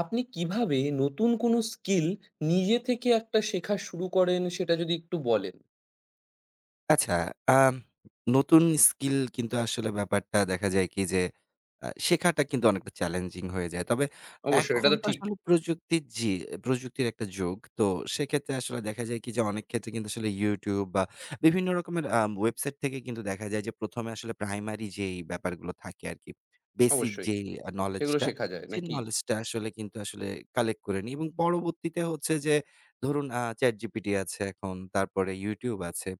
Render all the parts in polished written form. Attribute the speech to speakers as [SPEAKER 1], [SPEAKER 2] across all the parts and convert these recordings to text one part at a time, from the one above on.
[SPEAKER 1] আপনি কিভাবে নতুন কোনো স্কিল নিজে থেকে একটা শেখা শুরু করেন সেটা যদি একটু বলেন?
[SPEAKER 2] আচ্ছা, আম নতুন স্কিল কিন্তু আসলে ব্যাপারটা দেখা যায় কি যে, শেখাটা কিন্তু অনেকটা চ্যালেঞ্জিং হয়ে যায়। তবে
[SPEAKER 1] অবশ্যই, এটা
[SPEAKER 2] এখন
[SPEAKER 1] তো
[SPEAKER 2] তো
[SPEAKER 1] ঠিক।
[SPEAKER 2] আসলে প্রযুক্তির একটা যুগ। তো সেক্ষেত্রে আসলে দেখা যায় কি যে, অনেক ক্ষেত্রে কিন্তু আসলে YouTube বা বিভিন্ন রকমের ওয়েবসাইট থেকে কিন্তু দেখা যায় যে, ১ম এ আসলে প্রাইমারি যেই ব্যাপারগুলো থাকে আরকি, বেসিক
[SPEAKER 1] অবশ্যই।
[SPEAKER 2] যেই
[SPEAKER 1] সেগুলো
[SPEAKER 2] নলেজটা,
[SPEAKER 1] শেখা যায়,
[SPEAKER 2] সেই
[SPEAKER 1] নাকি?
[SPEAKER 2] নলেজটা আসলে কিন্তু আসলে কালেক্ট করে নিই এবং পরবর্তীতে হচ্ছে যে, ধরুন ChatGPT আছে এখন, তারপরে YouTube আছে।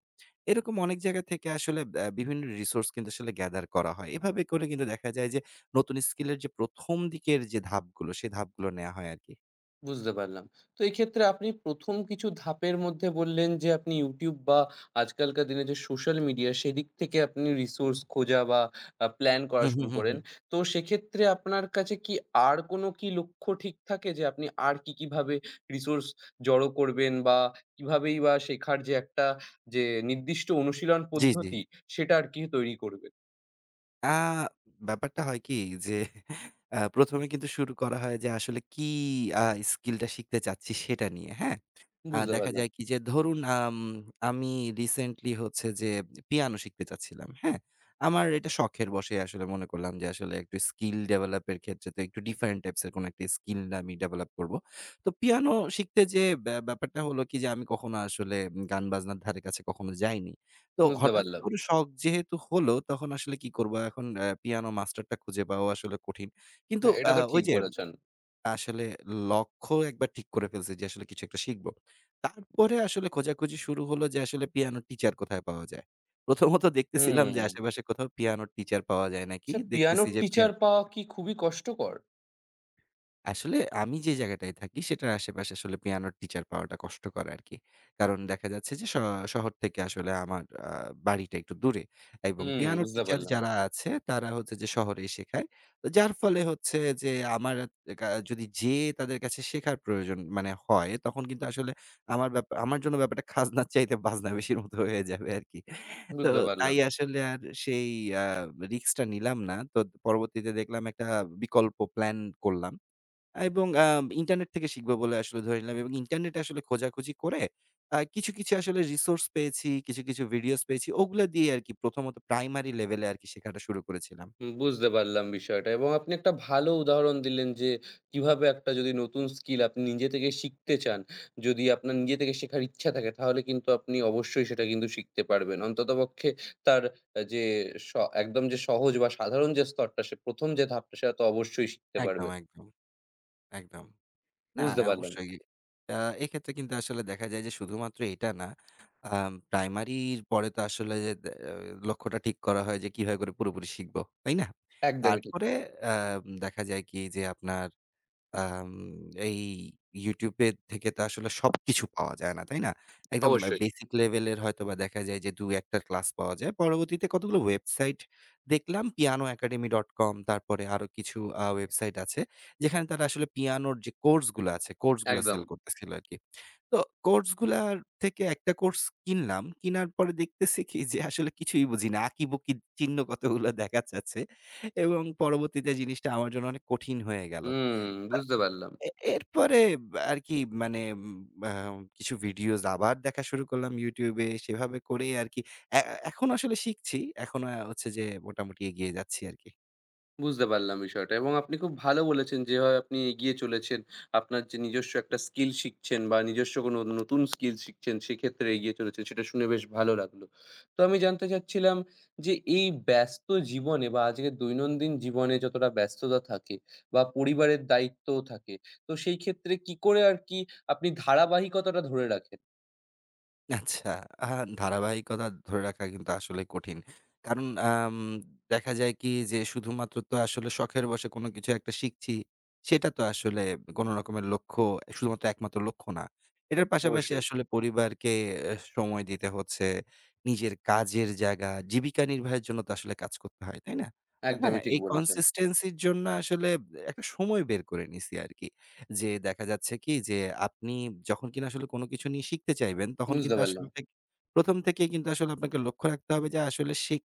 [SPEAKER 2] এরকম অনেক জায়গা থেকে আসলে বিভিন্ন রিসোর্স কিন্তু আসলে গ্যাদার করা হয়। এভাবে করে কিন্তু দেখা যায় যে নতুন স্কিলের যে ১ম দিকের যে ধাপগুলো, সে ধাপগুলো নেয়া হয় আরকি।
[SPEAKER 1] বুঝতে পারলাম। তো এক্ষেত্রে আপনি ১ম কিছু ধাপের মধ্যে বললেন যে আপনি YouTube বা আজকালকার দিনে যে সোশ্যাল মিডিয়া সেদিক থেকে আপনি রিসোর্স খোঁজা বা প্ল্যান করা
[SPEAKER 2] হুম, হুম,
[SPEAKER 1] শুরু
[SPEAKER 2] হুম,
[SPEAKER 1] করেন।
[SPEAKER 2] হুম।
[SPEAKER 1] তো সেক্ষেত্রে আপনার কাছে কি আর কোনো কি লক্ষ্য ঠিক থাকে যে আপনি আর কি, কিভাবে রিসোর্স জড়ো করবেন বা কিভাবেই বা শেখার যে একটা যে নির্দিষ্ট অনুশীলন
[SPEAKER 2] জি, জি।
[SPEAKER 1] পদ্ধতি সেটা আর কি তৈরি করবেন?
[SPEAKER 2] আ ব্যাপারটা হয় কি যে ১ম এ কিন্তু শুরু করা হয় যে আসলে কি আ স্কিলটা শিখতে চাচ্ছি সেটা নিয়ে, হ্যাঁ?
[SPEAKER 1] বুঝতে
[SPEAKER 2] দেখা
[SPEAKER 1] পারলাম,
[SPEAKER 2] যায় কি যে ধরুন আমি রিসেন্টলি হচ্ছে যে পিয়ানো শিখতে চাচ্ছিলাম, হ্যাঁ? আমার এটা শখের বশে আসলে মনে করলাম যে আসলে একটু স্কিল ডেভেলপ এর ক্ষেত্রে তো একটু ডিফারেন্ট টাইপস এর কোনো একটা স্কিল আমি ডেভেলপ করব। তো পিয়ানো শিখতে যেয়ে ব্যাপারটা হলো কি যে আমি কখনো আসলে গান বাজনার ধারে কাছে কখনো যাইনি। তো
[SPEAKER 1] বুঝতে
[SPEAKER 2] হঠাৎ
[SPEAKER 1] পারলাম।
[SPEAKER 2] করে শখ যেহেতু হলো, তখন আসলে কি করব? এখন পিয়ানো মাস্টারটা খুঁজে পাওয়া আসলে কঠিন। কিন্তু
[SPEAKER 1] হ্যাঁ, এটা তো
[SPEAKER 2] ওই
[SPEAKER 1] ঠিক
[SPEAKER 2] যে
[SPEAKER 1] বলেছেন।
[SPEAKER 2] আসলে লক্ষ্য একবার ঠিক করে ফেলছি যে আসলে কিছু একটা শিখব। তারপরে আসলে খোঁজাখুঁজি শুরু হলো যে আসলে পিয়ানোর টিচার কোথায় পাওয়া যায়। প্রথমত দেখতেছিলাম যে
[SPEAKER 1] হুম।
[SPEAKER 2] আশেপাশে কোথাও পিয়ানোর টিচার পাওয়া যায় নাকি।
[SPEAKER 1] আচ্ছা
[SPEAKER 2] দেখতেছি
[SPEAKER 1] পিয়ানোর
[SPEAKER 2] যে
[SPEAKER 1] টিচার পাওয়া কি খুবই কষ্টকর?
[SPEAKER 2] আসলে আমি যে জায়গাটায় থাকি সেটার আশেপাশে আসলে পিয়ানোর টিচার পাওয়াটা কষ্টকর আরকি। কারণ দেখা যাচ্ছে যে শহর থেকে আসলে আমার বাড়িটা একটু দূরে এবং
[SPEAKER 1] হুম,
[SPEAKER 2] পিয়ানোর
[SPEAKER 1] বুঝতে
[SPEAKER 2] টিচার
[SPEAKER 1] পারলাম,
[SPEAKER 2] যারা আছে তারা হচ্ছে যে শহরে শেখায়। তো যার ফলে হচ্ছে যে আমার যদি যেয়ে তাদের কাছে শেখার প্রয়োজন মানে হয় তখন কিন্তু আসলে আমার জন্য ব্যাপারটা খাজনার চাইতে বাজনা বেশির মতো হয়ে যাবে আরকি। তো
[SPEAKER 1] বুঝতে
[SPEAKER 2] তাই
[SPEAKER 1] পারলাম।
[SPEAKER 2] আসলে আর সেই আ রিস্কটা নিলাম না। তো পরবর্তীতে দেখলাম একটা বিকল্প প্ল্যান করলাম। এবং ইন্টারনেট থেকে শিখবো বলে আসলে ধরে নিলাম এবং ইন্টারনেটে আসলে খোঁজাখুঁজি করে কিছু, কিছু আসলে রিসোর্স পেয়েছি, কিছু, কিছু ভিডিওস পেয়েছি। ওগুলা দিয়ে আরকি প্রথমত প্রাইমারি লেভেলে আরকি শেখাটা শুরু করেছিলাম।
[SPEAKER 1] বুঝতে পারলাম বিষয়টা এবং আপনি একটা ভালো উদাহরণ দিলেন যে, কিভাবে একটা যদি নতুন স্কিল আপনি নিজে থেকে শিখতে চান, যদি আপনার নিজে থেকে শেখার ইচ্ছা থাকে তাহলে কিন্তু আপনি অবশ্যই সেটা কিন্তু শিখতে পারবেন। অন্ততপক্ষে তার আ যে স একদম যে সহজ বা সাধারণ যে স্তরটা সে ১ম যে ধাপটা সেটা তো অবশ্যই শিখতে
[SPEAKER 2] একদম,
[SPEAKER 1] পারবেন।
[SPEAKER 2] একদম, একদম। না,
[SPEAKER 1] বুঝতে পারলাম।
[SPEAKER 2] অবশ্যই। আ এক্ষেত্রে কিন্তু আসলে দেখা যায় যে শুধুমাত্র এটা না, প্রাইমারির পরে তো আসলে যে লক্ষ্যটা ঠিক করা হয় যে কিভাবে করে পুরোপুরি শিখবো, তাই না?
[SPEAKER 1] একদমই ঠিক।
[SPEAKER 2] তারপরে আ দেখা যায় কি যে আপনার আম এই YouTube এ থেকে তো আসলে সবকিছু পাওয়া যায় না, তাই না? একদম
[SPEAKER 1] অবশ্যই।
[SPEAKER 2] বেসিক লেভেলের হয়তোবা দেখা যায় যে ২-১ টা ক্লাস পাওয়া যায়। পরবর্তীতে কতগুলো ওয়েবসাইট দেখলাম pianoacademy.com, তারপরে আরো কিছু ওয়েবসাইট আছে যেখানে তারা আসলে পিয়ানোর যে কোর্স গুলা আছে, কোর্স গুলা
[SPEAKER 1] একদম।
[SPEAKER 2] সেল করতেছিল আরকি। তো কোর্স গুলার থেকে একটা কোর্স কিনলাম। কিনার পরে দেখতেছি কি যে আসলে কিছুই বুঝি না। আঁকিবুকি চিহ্ন কতগুলো দেখা যাচ্ছে এবং পরবর্তীতে জিনিসটা আমার জন্য অনেক কঠিন হয়ে গেল।
[SPEAKER 1] হুম, বুঝতে পারলাম।
[SPEAKER 2] এ এরপরে আরকি মানে কিছু ভিডিওস আবার দেখা শুরু করলাম YouTube এ। সেভাবে করেই আরকি এ এখন আসলে শিখছি। এখন হচ্ছে যে মোটামুটি এগিয়ে যাচ্ছি আরকি।
[SPEAKER 1] বুঝতে পারলাম বিষয়টা এবং আপনি খুব ভালো বলেছেন যেভাবে আপনি এগিয়ে চলেছেন। আপনার যে নিজস্ব একটা স্কিল শিখছেন বা নিজস্ব কোনো নতুন স্কিল শিখছেন সেক্ষেত্রে এগিয়ে চলেছেন সেটা শুনে বেশ ভালো লাগলো। তো আমি জানতে চাচ্ছিলাম যে এই ব্যস্ত জীবনে বা আজকের দৈনন্দিন জীবনে যতটা ব্যস্ততা থাকে বা পরিবারের দায়িত্বও থাকে, তো সেই ক্ষেত্রে কি করে আর কি আপনি ধারাবাহিকতাটা ধরে রাখেন?
[SPEAKER 2] আচ্ছা, আ ধারাবাহিকতা ধরে রাখা কিন্তু আসলে কঠিন। কারণ দেখা যায় কি যে শুধুমাত্র তো আসলে শখের বশে কোনো কিছু একটা শিখছি, সেটা তো আসলে কোনো রকমের লক্ষ্য, শুধুমাত্র একমাত্র লক্ষ্য না। এটার পাশাপাশি
[SPEAKER 1] অবশ্যই,
[SPEAKER 2] আসলে পরিবারকে সময় দিতে হচ্ছে। নিজের কাজের জায়গা, জীবিকা নির্বাহের জন্য তো আসলে কাজ করতে হয়, তাই না? তো হ্যাঁ,
[SPEAKER 1] একদমই ঠিক
[SPEAKER 2] এই
[SPEAKER 1] বলেছেন।
[SPEAKER 2] consistency র জন্য আসলে একটা সময় বের করে নিছি আরকি। যে দেখা যাচ্ছে কি যে আপনি যখন কিনা আসলে কোনো কিছু নিয়ে শিখতে চাইবেন, তখন
[SPEAKER 1] বুঝতে
[SPEAKER 2] কিন্তু আসলে
[SPEAKER 1] পারলাম,
[SPEAKER 2] ১ম থেকেই কিন্তু আসলে আপনাকে লক্ষ্য রাখতে হবে যে আসলে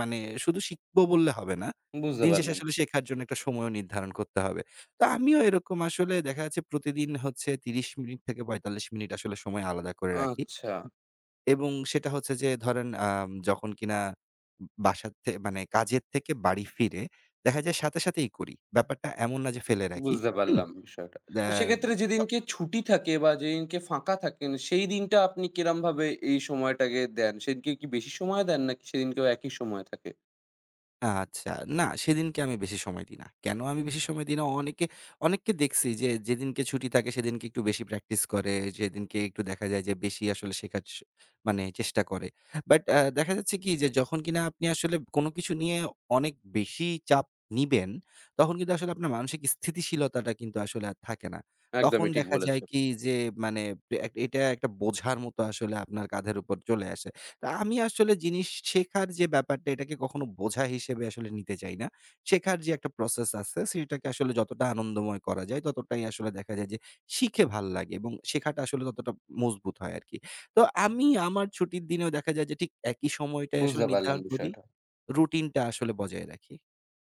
[SPEAKER 2] মানে শুধু শিখবো বললে হবে না।
[SPEAKER 1] বুঝতে
[SPEAKER 2] দিন শেষে
[SPEAKER 1] পারলাম।
[SPEAKER 2] আসলে শেখার জন্য একটা সময়ও নির্ধারণ করতে হবে। তো আমিও এরকম আসলে দেখা যাচ্ছে প্রতিদিন হচ্ছে ৩০ মিনিট থেকে ৪৫ মিনিট আসলে সময় আলাদা করে রাখি।
[SPEAKER 1] আচ্ছা।
[SPEAKER 2] এবং সেটা হচ্ছে যে ধরেন যখন কিনা বাসার মানে কাজের থেকে বাড়ি ফিরে দেখা যায় সাথে, সাথেই করি। ব্যাপারটা এমন না যে ফেলে রাখি।
[SPEAKER 1] বুঝতে
[SPEAKER 2] হুম?
[SPEAKER 1] পারলাম বিষয়টা।
[SPEAKER 2] দ্যা
[SPEAKER 1] তো সেক্ষেত্রে যেদিনকে ছুটি থাকে বা যেদিনকে ফাঁকা থাকেন, সেই দিনটা আপনি কিরমভাবে এই সময়টাকে দেন? সেদিনকে কি বেশি সময় দেন নাকি সেদিনকেও একই সময় থাকে?
[SPEAKER 2] আচ্ছা। না, সেদিনকে আমি বেশি সময় দিই না। কেন আমি বেশি সময় দিই না? অনেককে দেখছি যে যেদিনকে ছুটি থাকে সেদিনকে একটু বেশি প্র্যাকটিস করে, যেদিনকে একটু দেখা যায় যে বেশি আসলে শেখার স মানে চেষ্টা করে। বাট দেখা যাচ্ছে কি যে যখন কিনা আপনি আসলে কোন কিছু নিয়ে অনেক বেশি চাপ নিবেন, তখন কিন্তু আসলে আপনার মানসিক স্থিতিশীলতাটা কিন্তু আসলে আর থাকে না। তখন
[SPEAKER 1] একদমই ঠিক
[SPEAKER 2] দেখা যায়
[SPEAKER 1] বলেছেন।
[SPEAKER 2] কি যে মানে এটা একটা বোঝার মতো আসলে আপনার কাঁধের উপর চলে আসে। তা আমি আসলে জিনিস শেখার যে ব্যাপারটা এটাকে কখনো বোঝা হিসেবে আসলে নিতে চাই না। শেখার যে একটা প্রসেস আছে সেটাকে আসলে যতটা আনন্দময় করা যায় ততটাই আসলে দেখা যায় যে শিখে ভাল লাগে এবং শেখাটা আসলে ততটা মজবুত হয় আরকি। তো আমি আমার ছুটির দিনেও দেখা যায় যে ঠিক একই সময়টায় আসলে
[SPEAKER 1] বুঝতে পারলাম
[SPEAKER 2] নির্ধারণ করি।
[SPEAKER 1] বিষয়টা।
[SPEAKER 2] রুটিনটা আসলে বজায় রাখি।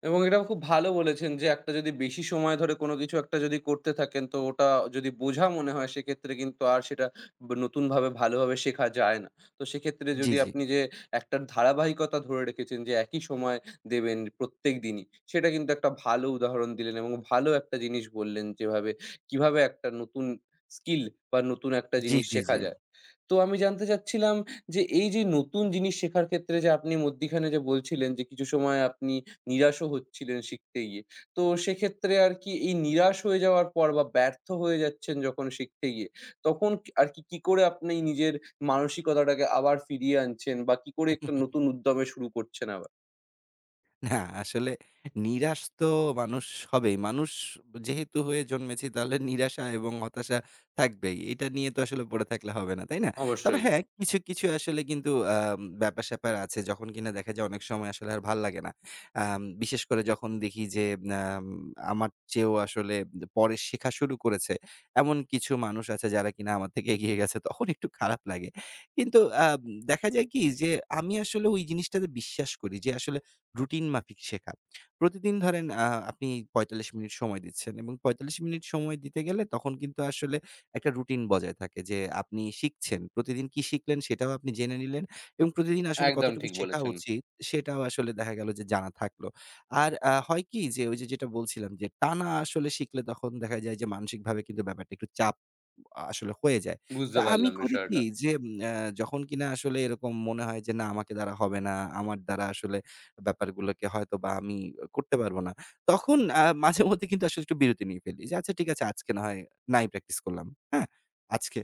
[SPEAKER 1] এবং এটা খুব ভালো বলেছেন যে একটা যদি বেশি সময় ধরে কোনো কিছু একটা যদি করতে থাকেন তো ওটা যদি বোঝা মনে হয় সেক্ষেত্রে কিন্তু আর সেটা নতুনভাবে ভালোভাবে শেখা যায় না। তো সেক্ষেত্রে
[SPEAKER 2] জি,
[SPEAKER 1] যদি
[SPEAKER 2] জি।
[SPEAKER 1] আপনি যে একটা ধারাবাহিকতা ধরে রেখেছেন যে একই সময় দেবেন প্রত্যেকদিনই, সেটা কিন্তু একটা ভালো উদাহরণ দিলেন এবং ভালো একটা জিনিস বললেন যেভাবে কিভাবে একটা নতুন স্কিল বা নতুন একটা
[SPEAKER 2] জি,
[SPEAKER 1] জিনিস
[SPEAKER 2] জি,
[SPEAKER 1] শেখা
[SPEAKER 2] জি।
[SPEAKER 1] যায়। তো আমি জানতে চাচ্ছিলাম যে এই যে নতুন জিনিস শেখার ক্ষেত্রে যে আপনি মধ্যিখানে যে বলছিলেন যে কিছু সময় আপনি নিরাশও হচ্ছিলেন শিখতে গিয়ে। তো সেক্ষেত্রে আর কি এই নিরাশ হয়ে যাওয়ার পর বা ব্যর্থ হয়ে যাচ্ছেন যখন শিখতে গিয়ে, তখন আর কি, কি করে আপনি নিজের মানসিকতাটাকে আবার ফিরিয়ে আনছেন বা কি করে একটা নতুন উদ্যমে শুরু করছেন আবার?
[SPEAKER 2] না, আসলে নিরাশ তো মানুষ হবেই। মানুষ যেহেতু হয়ে জন্মেছি তাহলে নিরাশা এবং হতাশা থাকবেই। এটা নিয়ে তো আসলে পড়ে থাকলে হবে না, তাই না? তবে
[SPEAKER 1] অবশ্যই।
[SPEAKER 2] হ্যাঁ, কিছু, কিছু আসলে কিন্তু ব্যাপার-স্যাপার আছে যখন কিনা দেখা যায় অনেক সময় আসলে আর ভাল্লাগে না। বিশেষ করে যখন দেখি যে আম আমার চেয়েও আসলে পরে শেখা শুরু করেছে, এমন কিছু মানুষ আছে যারা কিনা আমার থেকে এগিয়ে গেছে তখন একটু খারাপ লাগে। কিন্তু আম দেখা যায় কি যে আমি আসলে ওই জিনিসটাতে বিশ্বাস করি যে আসলে রুটিন মাফিক শেখা। প্রতিদিন ধরেন আপনি ৪৫ মিনিট সময় দিচ্ছেন এবং ৪৫ মিনিট সময় দিতে গেলে তখন কিন্তু আসলে একটা রুটিন বজায় থাকে যে আপনি শিখছেন। প্রতিদিন কি শিখলেন সেটাও আপনি জেনে নিলেন এবং প্রতিদিন আসলে
[SPEAKER 1] একদম
[SPEAKER 2] কতটুকু
[SPEAKER 1] ঠিক
[SPEAKER 2] শেখা
[SPEAKER 1] বলেছেন।
[SPEAKER 2] উচিত সেটাও আসলে দেখা গেল যে জানা থাকলো। আর হয় কি যে ওই যে যেটা বলছিলাম যে টানা আসলে শিখলে তখন দেখা যায় যে মানসিকভাবে কিন্তু ব্যাপারটা একটু চাপ আসলে হয়ে যায়। তা
[SPEAKER 1] বুঝতে
[SPEAKER 2] আমি
[SPEAKER 1] পারলাম
[SPEAKER 2] করি কি
[SPEAKER 1] বিষয়টা।
[SPEAKER 2] যে যখন কিনা আসলে এরকম মনে হয় যে না আমাকে দ্বারা হবে না, আমার দ্বারা আসলে ব্যাপারগুলোকে হয়তোবা আমি করতে পারবো না। তখন মাঝেমধ্যে কিন্তু আসলে একটু বিরতি নিয়ে ফেলি। যে আচ্ছা ঠিক আছে আজকে না হয় নাই প্র্যাকটিস করলাম। হ্যাঁ? আজকে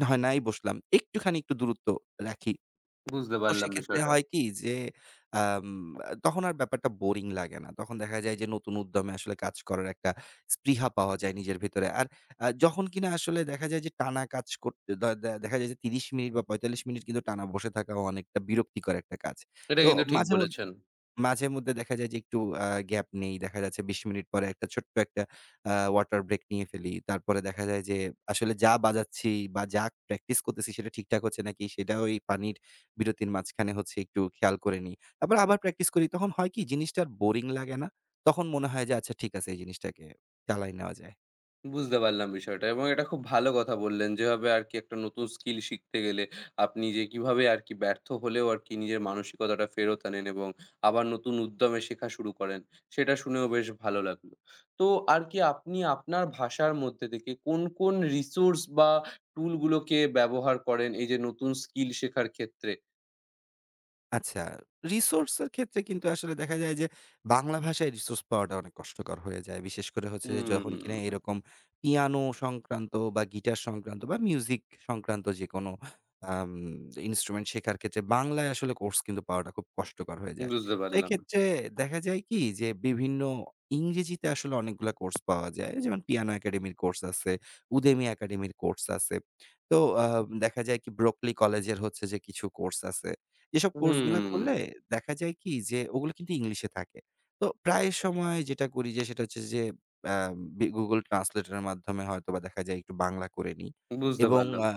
[SPEAKER 2] না হয় নাই বসলাম। একটুখানি একটু দূরত্ব রাখি।
[SPEAKER 1] বুঝতে
[SPEAKER 2] তো
[SPEAKER 1] পারলাম
[SPEAKER 2] সেক্ষেত্রে
[SPEAKER 1] বিষয়টা।
[SPEAKER 2] হয় কি যে আম তখন আর ব্যাপারটা বোরিং লাগে না। তখন দেখা যায় যে নতুন উদ্যমে আসলে কাজ করার একটা স্পৃহা পাওয়া যায় নিজের ভেতরে। আর যখন কিনা আসলে দেখা যায় যে টানা কাজ করতে দ দে দেখা যায় যে ৩০ মিনিট বা ৪৫ মিনিট কিন্তু টানা বসে থাকাও অনেকটা বিরক্তিকর একটা কাজ।
[SPEAKER 1] এটা
[SPEAKER 2] তো
[SPEAKER 1] কিন্তু ঠিক
[SPEAKER 2] মাঝে
[SPEAKER 1] বলেছেন।
[SPEAKER 2] মাঝেমধ্যে দেখা যায় যে একটু গ্যাপ নেই। দেখা যাচ্ছে ২০ মিনিট পরে একটা ছোট্ট একটা আ ওয়াটার ব্রেক নিয়ে ফেলি। তারপরে দেখা যায় যে আসলে যা বাজাচ্ছি বা যা প্র্যাকটিস করতেছি সেটা ঠিকঠাক হচ্ছে নাকি সেটা ওই পানির বিরতির মাঝখানে হচ্ছে একটু খেয়াল করে নিই। তারপর আবার প্র্যাকটিস করি। তখন হয় কি জিনিসটা আর বোরিং লাগে না। তখন মনে হয় যে আচ্ছা ঠিক আছে এই জিনিসটাকে চালায় নেওয়া যায়।
[SPEAKER 1] বুঝতে পারলাম বিষয়টা এবং এটা খুব ভালো কথা বললেন। যেভাবে আরকি একটা নতুন স্কিল শিখতে গেলে আপনি যে কিভাবে আরকি ব্যর্থ হলেও আরকি নিজের মানসিকতাটা ফেরত আনেন এবং আবার নতুন উদ্যমে শেখা শুরু করেন, সেটা শুনেও বেশ ভালো লাগলো। তো আরকি আপনি আপনার ভাষার মধ্যে থেকে কোন, কোন রিসোর্স বা টুল গুলোকে ব্যবহার করেন এই যে নতুন স্কিল শেখার ক্ষেত্রে?
[SPEAKER 2] আচ্ছা, রিসোর্স এর ক্ষেত্রে কিন্তু আসলে দেখা যায় যে বাংলা ভাষায় রিসোর্স পাওয়াটা অনেক কষ্টকর হয়ে যায়। বিশেষ করে হচ্ছে যে
[SPEAKER 1] হুম,
[SPEAKER 2] যখন কিনা এরকম পিয়ানো সংক্রান্ত বা গিটার সংক্রান্ত বা মিউজিক সংক্রান্ত যেকোনো আম ইন্সট্রুমেন্ট শেখার ক্ষেত্রে বাংলায় আসলে কোর্স কিন্তু পাওয়াটা খুব কষ্টকর হয়ে যায়।
[SPEAKER 1] বুঝতে
[SPEAKER 2] তো
[SPEAKER 1] পারলাম।
[SPEAKER 2] এক্ষেত্রে দেখা যায় কি যে বিভিন্ন ইংরেজিতে আসলে অনেকগুলা কোর্স পাওয়া যায়। যেমন পিয়ানো একাডেমির কোর্স আছে, উদেমি একাডেমির কোর্স আছে। তো আ দেখা যায় কি ব্রকলি কলেজের হচ্ছে যে কিছু কোর্স আছে। যেসব কোর্সগুলা করলে
[SPEAKER 1] হুম,
[SPEAKER 2] দেখা যায় কি যে ওগুলো কিন্তু ইংলিশে থাকে। তো প্রায় সময় যেটা করি যে সেটা হচ্ছে যে আ বি Google Translator এর মাধ্যমে হয়তোবা দেখা যায় একটু বাংলা করে নিই
[SPEAKER 1] বুঝতে
[SPEAKER 2] এবং
[SPEAKER 1] পারলাম,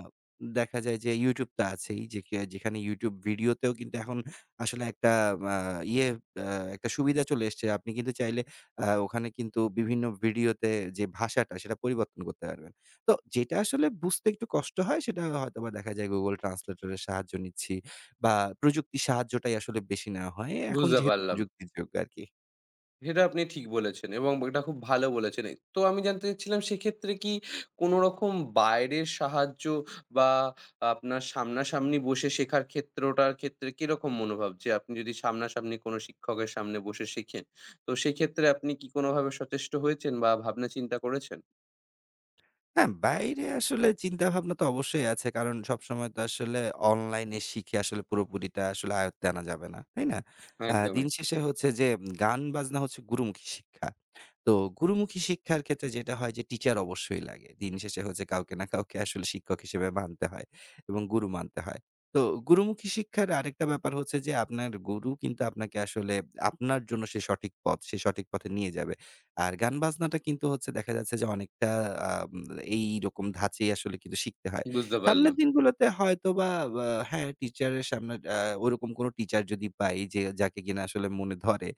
[SPEAKER 2] দেখা যায় যে YouTube তো আছেই যে যেখানে YouTube ভিডিওতেও কিন্তু এখন আসলে একটা আ ইয়ে আ একটা সুবিধা চলে এসছে। আপনি কিন্তু চাইলে ওখানে কিন্তু বিভিন্ন ভিডিওতে যে ভাষাটা সেটা পরিবর্তন করতে পারবেন। তো যেটা আসলে বুঝতে একটু কষ্ট হয় সেটা হয়তোবা দেখা যায় Google Translator এর সাহায্য নিচ্ছি। বা প্রযুক্তির সাহায্যটাই আসলে বেশি নেওয়া হয়। এখন
[SPEAKER 1] বুঝতে
[SPEAKER 2] যেহেতু
[SPEAKER 1] পারলাম।
[SPEAKER 2] প্রযুক্তির যুগ আরকি।
[SPEAKER 1] এটা আপনি ঠিক বলেছেন এবং এটা খুব ভালো বলেছেন। তো আমি জানতে চাচ্ছিলাম সেক্ষেত্রে কি কোনো রকম বাইরের সাহায্য বা আপনার সামনাসামনি বসে শেখার ক্ষেত্রটার ক্ষেত্রে কিরকম মনোভাব? যে আপনি যদি সামনাসামনি কোনো শিক্ষকের সামনে বসে শেখেন, তো সেক্ষেত্রে আপনি কি কোনোভাবে সচেষ্ট হয়েছেন বা ভাবনা চিন্তা করেছেন?
[SPEAKER 2] হ্যাঁ, বাইরে আসলে চিন্তাভাবনা তো অবশ্যই আছে। কারণ সবসময় তো আসলে অনলাইনে শিখে আসলে পুরোপুরিটা আসলে আয়ত্তে আনা যাবে না। তাই না? দিন
[SPEAKER 1] একদমই,
[SPEAKER 2] শেষে হচ্ছে যে গান বাজনা হচ্ছে গুরুমুখী শিক্ষা। তো গুরুমুখী শিক্ষার ক্ষেত্রে যেটা হয় যে টিচার অবশ্যই লাগে। দিন শেষে হচ্ছে কাউকে না কাউকে আসলে শিক্ষক হিসেবে মানতে হয় এবং গুরু মানতে হয়। তো গুরুমুখী শিক্ষার আরেকটা ব্যাপার হচ্ছে যে আপনার গুরু কিন্তু আপনাকে আসলে আপনার জন্য সে সঠিক পথ, সে সঠিক পথে নিয়ে যাবে। আর গান বাজনাটা কিন্তু হচ্ছে দেখা যাচ্ছে যে অনেকটা আম এইরকম ধাঁচেই আসলে কিন্তু শিখতে হয়।
[SPEAKER 1] বুঝতে
[SPEAKER 2] সামনের
[SPEAKER 1] পারলাম।
[SPEAKER 2] দিনগুলোতে হয়তোবা হ্যাঁ, টিচারের সামনে ওরকম কোনো টিচার যদি পাই যে যাকে কিনা আসলে মনে ধরে,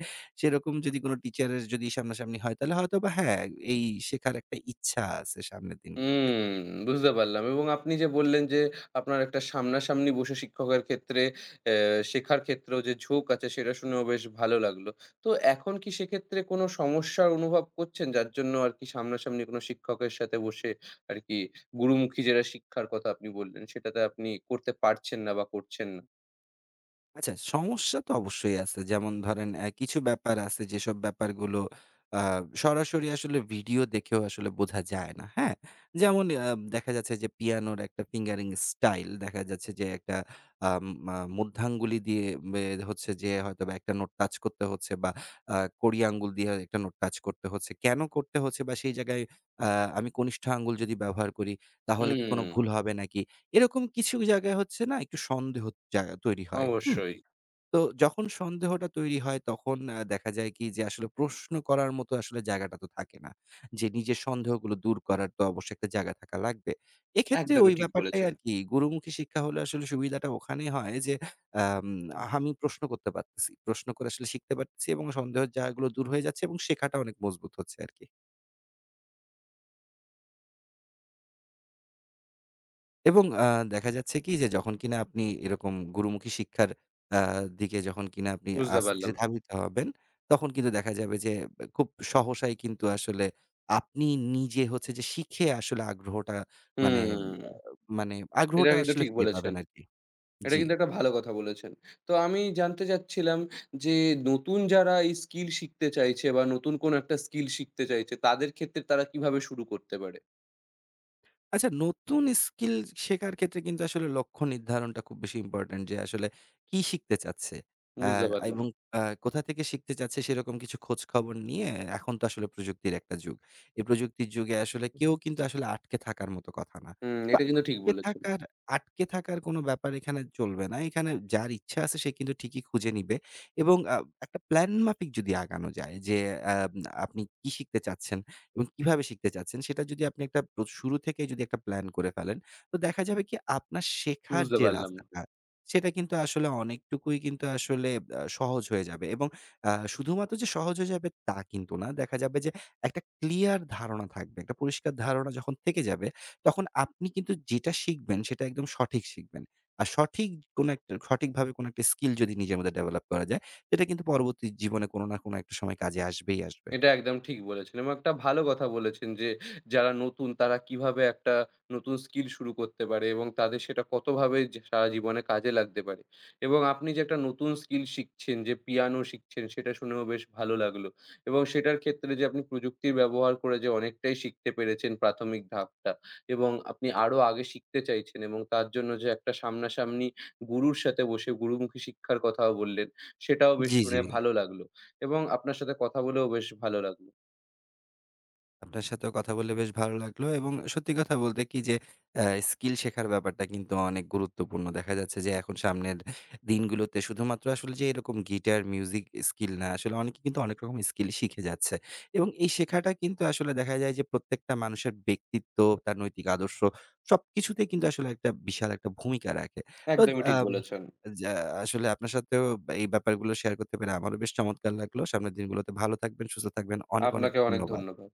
[SPEAKER 2] সেরকম যদি কোনো টিচারের যদি সামনাসামনি হয় তাহলে হয়তোবা হ্যাঁ, এই শেখার একটা ইচ্ছা আছে সামনের দিনগুলোতে।
[SPEAKER 1] হুম, বুঝতে পারলাম এবং আপনি যে বললেন যে, আপনার একটা সামনাসামনি বসে শিক্ষকের ক্ষেত্রে অ্যা শেখার ক্ষেত্রেও যে ঝোঁক আছে, সেটা শুনেও বেশ ভালো লাগলো। তো এখন কি সেক্ষেত্রে কোনো সমস্যার অনুভব করছেন? যার জন্য আরকি সামনাসামনি কোনো শিক্ষকের সাথে বসে আরকি গুরুমুখী যেটা শিক্ষার কথা আপনি বললেন, সেটাতে আপনি করতে পারছেন না বা করছেন না।
[SPEAKER 2] আচ্ছা, সমস্যা তো অবশ্যই আছে। যেমন ধরেন কিছু ব্যাপার আছে যেসব ব্যাপারগুলো আ সরাসরি আসলে ভিডিও দেখেও আসলে বোঝা যায় না, হ্যাঁ? যেমন দেখা যাচ্ছে যে পিয়ানোর একটা ফিঙ্গারিং স্টাইল দেখা যাচ্ছে যে একটা আম আ মধ্যাঙ্গুলি দিয়ে বে হচ্ছে যে হয়তোবা একটা নোট টাচ করতে হচ্ছে বা আ কড়ি আঙ্গুল দিয়ে একটা নোট টাচ করতে হচ্ছে। কেন করতে হচ্ছে বা সেই জায়গায় আ আমি কনিষ্ঠ আঙ্গুল যদি ব্যবহার করি তাহলে কি
[SPEAKER 1] হুম,
[SPEAKER 2] কোনো ভুল হবে নাকি? এরকম কিছু জায়গায় হচ্ছে না একটু সন্দেহ জায়গা তৈরি হয়। হুম?
[SPEAKER 1] অবশ্যই।
[SPEAKER 2] তো যখন সন্দেহটা তৈরি হয় তখন দেখা যায় কি যে আসলে প্রশ্ন করার মতো আসলে জায়গাটা তো থাকে না। যে নিজের সন্দেহগুলো দূর করার তো অবশ্যই একটা জায়গা থাকা লাগবে। এক্ষেত্রে ওই
[SPEAKER 1] একদমই ঠিক
[SPEAKER 2] ব্যাপারটাই
[SPEAKER 1] বলেছেন।
[SPEAKER 2] আরকি গুরুমুখী শিক্ষা হলে আসলে সুবিধাটা ওখানেই হয় যে আম আমি প্রশ্ন করতে পারতেছি। প্রশ্ন করে আসলে শিখতে পারতেছি এবং সন্দেহের জায়গাগুলো দূর হয়ে যাচ্ছে এবং শেখাটা অনেক মজবুত হচ্ছে আরকি। এবং দেখা যাচ্ছে কি যে যখন কিনা আপনি এরকম গুরুমুখী শিক্ষার আ দিকে যখন কিনা আপনি
[SPEAKER 1] বুঝতে
[SPEAKER 2] আস্তে ধীরে
[SPEAKER 1] পারলাম।
[SPEAKER 2] ধাবিত হবেন, তখন কিন্তু দেখা যাবে যে খুব সহসাই কিন্তু আসলে আপনি নিজে হচ্ছে যে শিখে আসলে আগ্রহটা মানে
[SPEAKER 1] হুম,
[SPEAKER 2] মানে
[SPEAKER 1] এটা
[SPEAKER 2] আগ্রহটা
[SPEAKER 1] কিন্তু
[SPEAKER 2] আসলে
[SPEAKER 1] ঠিক
[SPEAKER 2] ফিরে
[SPEAKER 1] বলেছেন।
[SPEAKER 2] পাবেন আরকি।
[SPEAKER 1] এটা
[SPEAKER 2] জি।
[SPEAKER 1] কিন্তু একটা ভালো কথা বলেছেন। তো আমি জানতে চাচ্ছিলাম যে নতুন যারা এই স্কিল শিখতে চাইছে বা নতুন কোনো একটা স্কিল শিখতে চাইছে, তাদের ক্ষেত্রে তারা কিভাবে শুরু করতে পারে?
[SPEAKER 2] আচ্ছা, নতুন স্কিল শেখার ক্ষেত্রে কিন্তু আসলে লক্ষ্য নির্ধারণটা খুব বেশি ইম্পোর্টেন্ট যে আসলে কি শিখতে চাচ্ছে? আ
[SPEAKER 1] বুঝতে পারলাম।
[SPEAKER 2] এবং কোথা থেকে শিখতে চাচ্ছে সেরকম কিছু খোঁজখবর নিয়ে এখন তো আসলে প্রযুক্তির একটা যুগ। এই প্রযুক্তির যুগে আসলে কেউ কিন্তু আসলে আটকে থাকার মতো কথা না।
[SPEAKER 1] হুম,
[SPEAKER 2] তো
[SPEAKER 1] এটা কিন্তু ঠিক
[SPEAKER 2] আটকে
[SPEAKER 1] বলেছেন।
[SPEAKER 2] থাকার আটকে থাকার কোনো ব্যাপার এখানে চলবে না। এখানে যার ইচ্ছা আছে সে কিন্তু ঠিকই খুঁজে নিবে এবং একটা প্ল্যান মাফিক যদি আগানো যায় যে আ আপনি কি শিখতে চাচ্ছেন? এবং কিভাবে শিখতে চাচ্ছেন সেটা যদি আপনি একটা প্র শুরু থেকেই যদি একটা প্ল্যান করে ফেলেন, তো দেখা যাবে কি আপনার শেখার
[SPEAKER 1] বুঝতে
[SPEAKER 2] যে
[SPEAKER 1] পারলাম।
[SPEAKER 2] রাস্তাটা, সেটা কিন্তু আসলে অনেকটুকুই কিন্তু আসলে সহজ হয়ে যাবে এবং শুধুমাত্র যে সহজ হয়ে যাবে তা কিন্তু না। দেখা যাবে যে একটা ক্লিয়ার ধারণা থাকবে। একটা পরিষ্কার ধারণা যখন থেকে যাবে, তখন আপনি কিন্তু যেটা শিখবেন সেটা একদম সঠিক শিখবেন। আর কোনো একটা সঠিকভাবে কোনো একটা স্কিল যদি নিজের মধ্যে ডেভেলপ করা যায়, সেটা কিন্তু পরবর্তী জীবনে কোনো না কোনো একটা সময় কাজে আসবেই আসবে।
[SPEAKER 1] এটা একদম ঠিক বলেছেন এবং একটা ভালো কথা বলেছেন যে, যারা নতুন তারা কিভাবে একটা নতুন স্কিল শুরু করতে পারে এবং তাদের সেটা কতভাবে যে সারা জীবনে কাজে লাগতে পারে এবং আপনি যে একটা নতুন স্কিল শিখছেন যে পিয়ানো শিখছেন সেটা শুনেও বেশ ভালো লাগলো এবং সেটার ক্ষেত্রে যে আপনি প্রযুক্তির ব্যবহার করে যে অনেকটাই শিখতে পেরেছেন প্রাথমিক ধাপটা এবং আপনি আরো আগে শিখতে চাইছেন এবং তার জন্য যে একটা সামনাসামনি গুরুর সাথে বসে গুরুমুখী শিক্ষার কথাও বললেন, সেটাও বেশ
[SPEAKER 2] জি, জি।
[SPEAKER 1] শুনে ভালো লাগলো। এবং আপনার সাথে কথা বলেও বেশ ভালো লাগলো।
[SPEAKER 2] আপনার সাথেও কথা বলে বেশ ভালো লাগলো এবং সত্যি কথা বলতে কি যে আ স্কিল শেখার ব্যাপারটা কিন্তু অনেক গুরুত্বপূর্ণ। দেখা যাচ্ছে যে এখন সামনের দিনগুলোতে শুধুমাত্র আসলে যে এরকম গিটার, মিউজিক স্কিল না, আসলে অনেকে কিন্তু অনেক রকম স্কিল শিখে যাচ্ছে। এবং এই শেখাটা কিন্তু আসলে দেখা যায় যে প্রত্যেকটা মানুষের ব্যক্তিত্ব, তার নৈতিক আদর্শ সবকিছুতেই কিন্তু আসলে একটা বিশাল একটা ভূমিকা রাখে। তো
[SPEAKER 1] একদমই ঠিক
[SPEAKER 2] আম
[SPEAKER 1] বলেছেন।
[SPEAKER 2] যা আসলে আপনার সাথেও এই ব্যাপারগুলো শেয়ার করতে পেরে আমারও বেশ চমৎকার লাগলো। সামনের দিনগুলোতে ভালো থাকবেন, সুস্থ থাকবেন। অনেক, অনেক
[SPEAKER 1] আপনাকে অনেক
[SPEAKER 2] ধন্যবাদ।
[SPEAKER 1] ধন্যবাদ।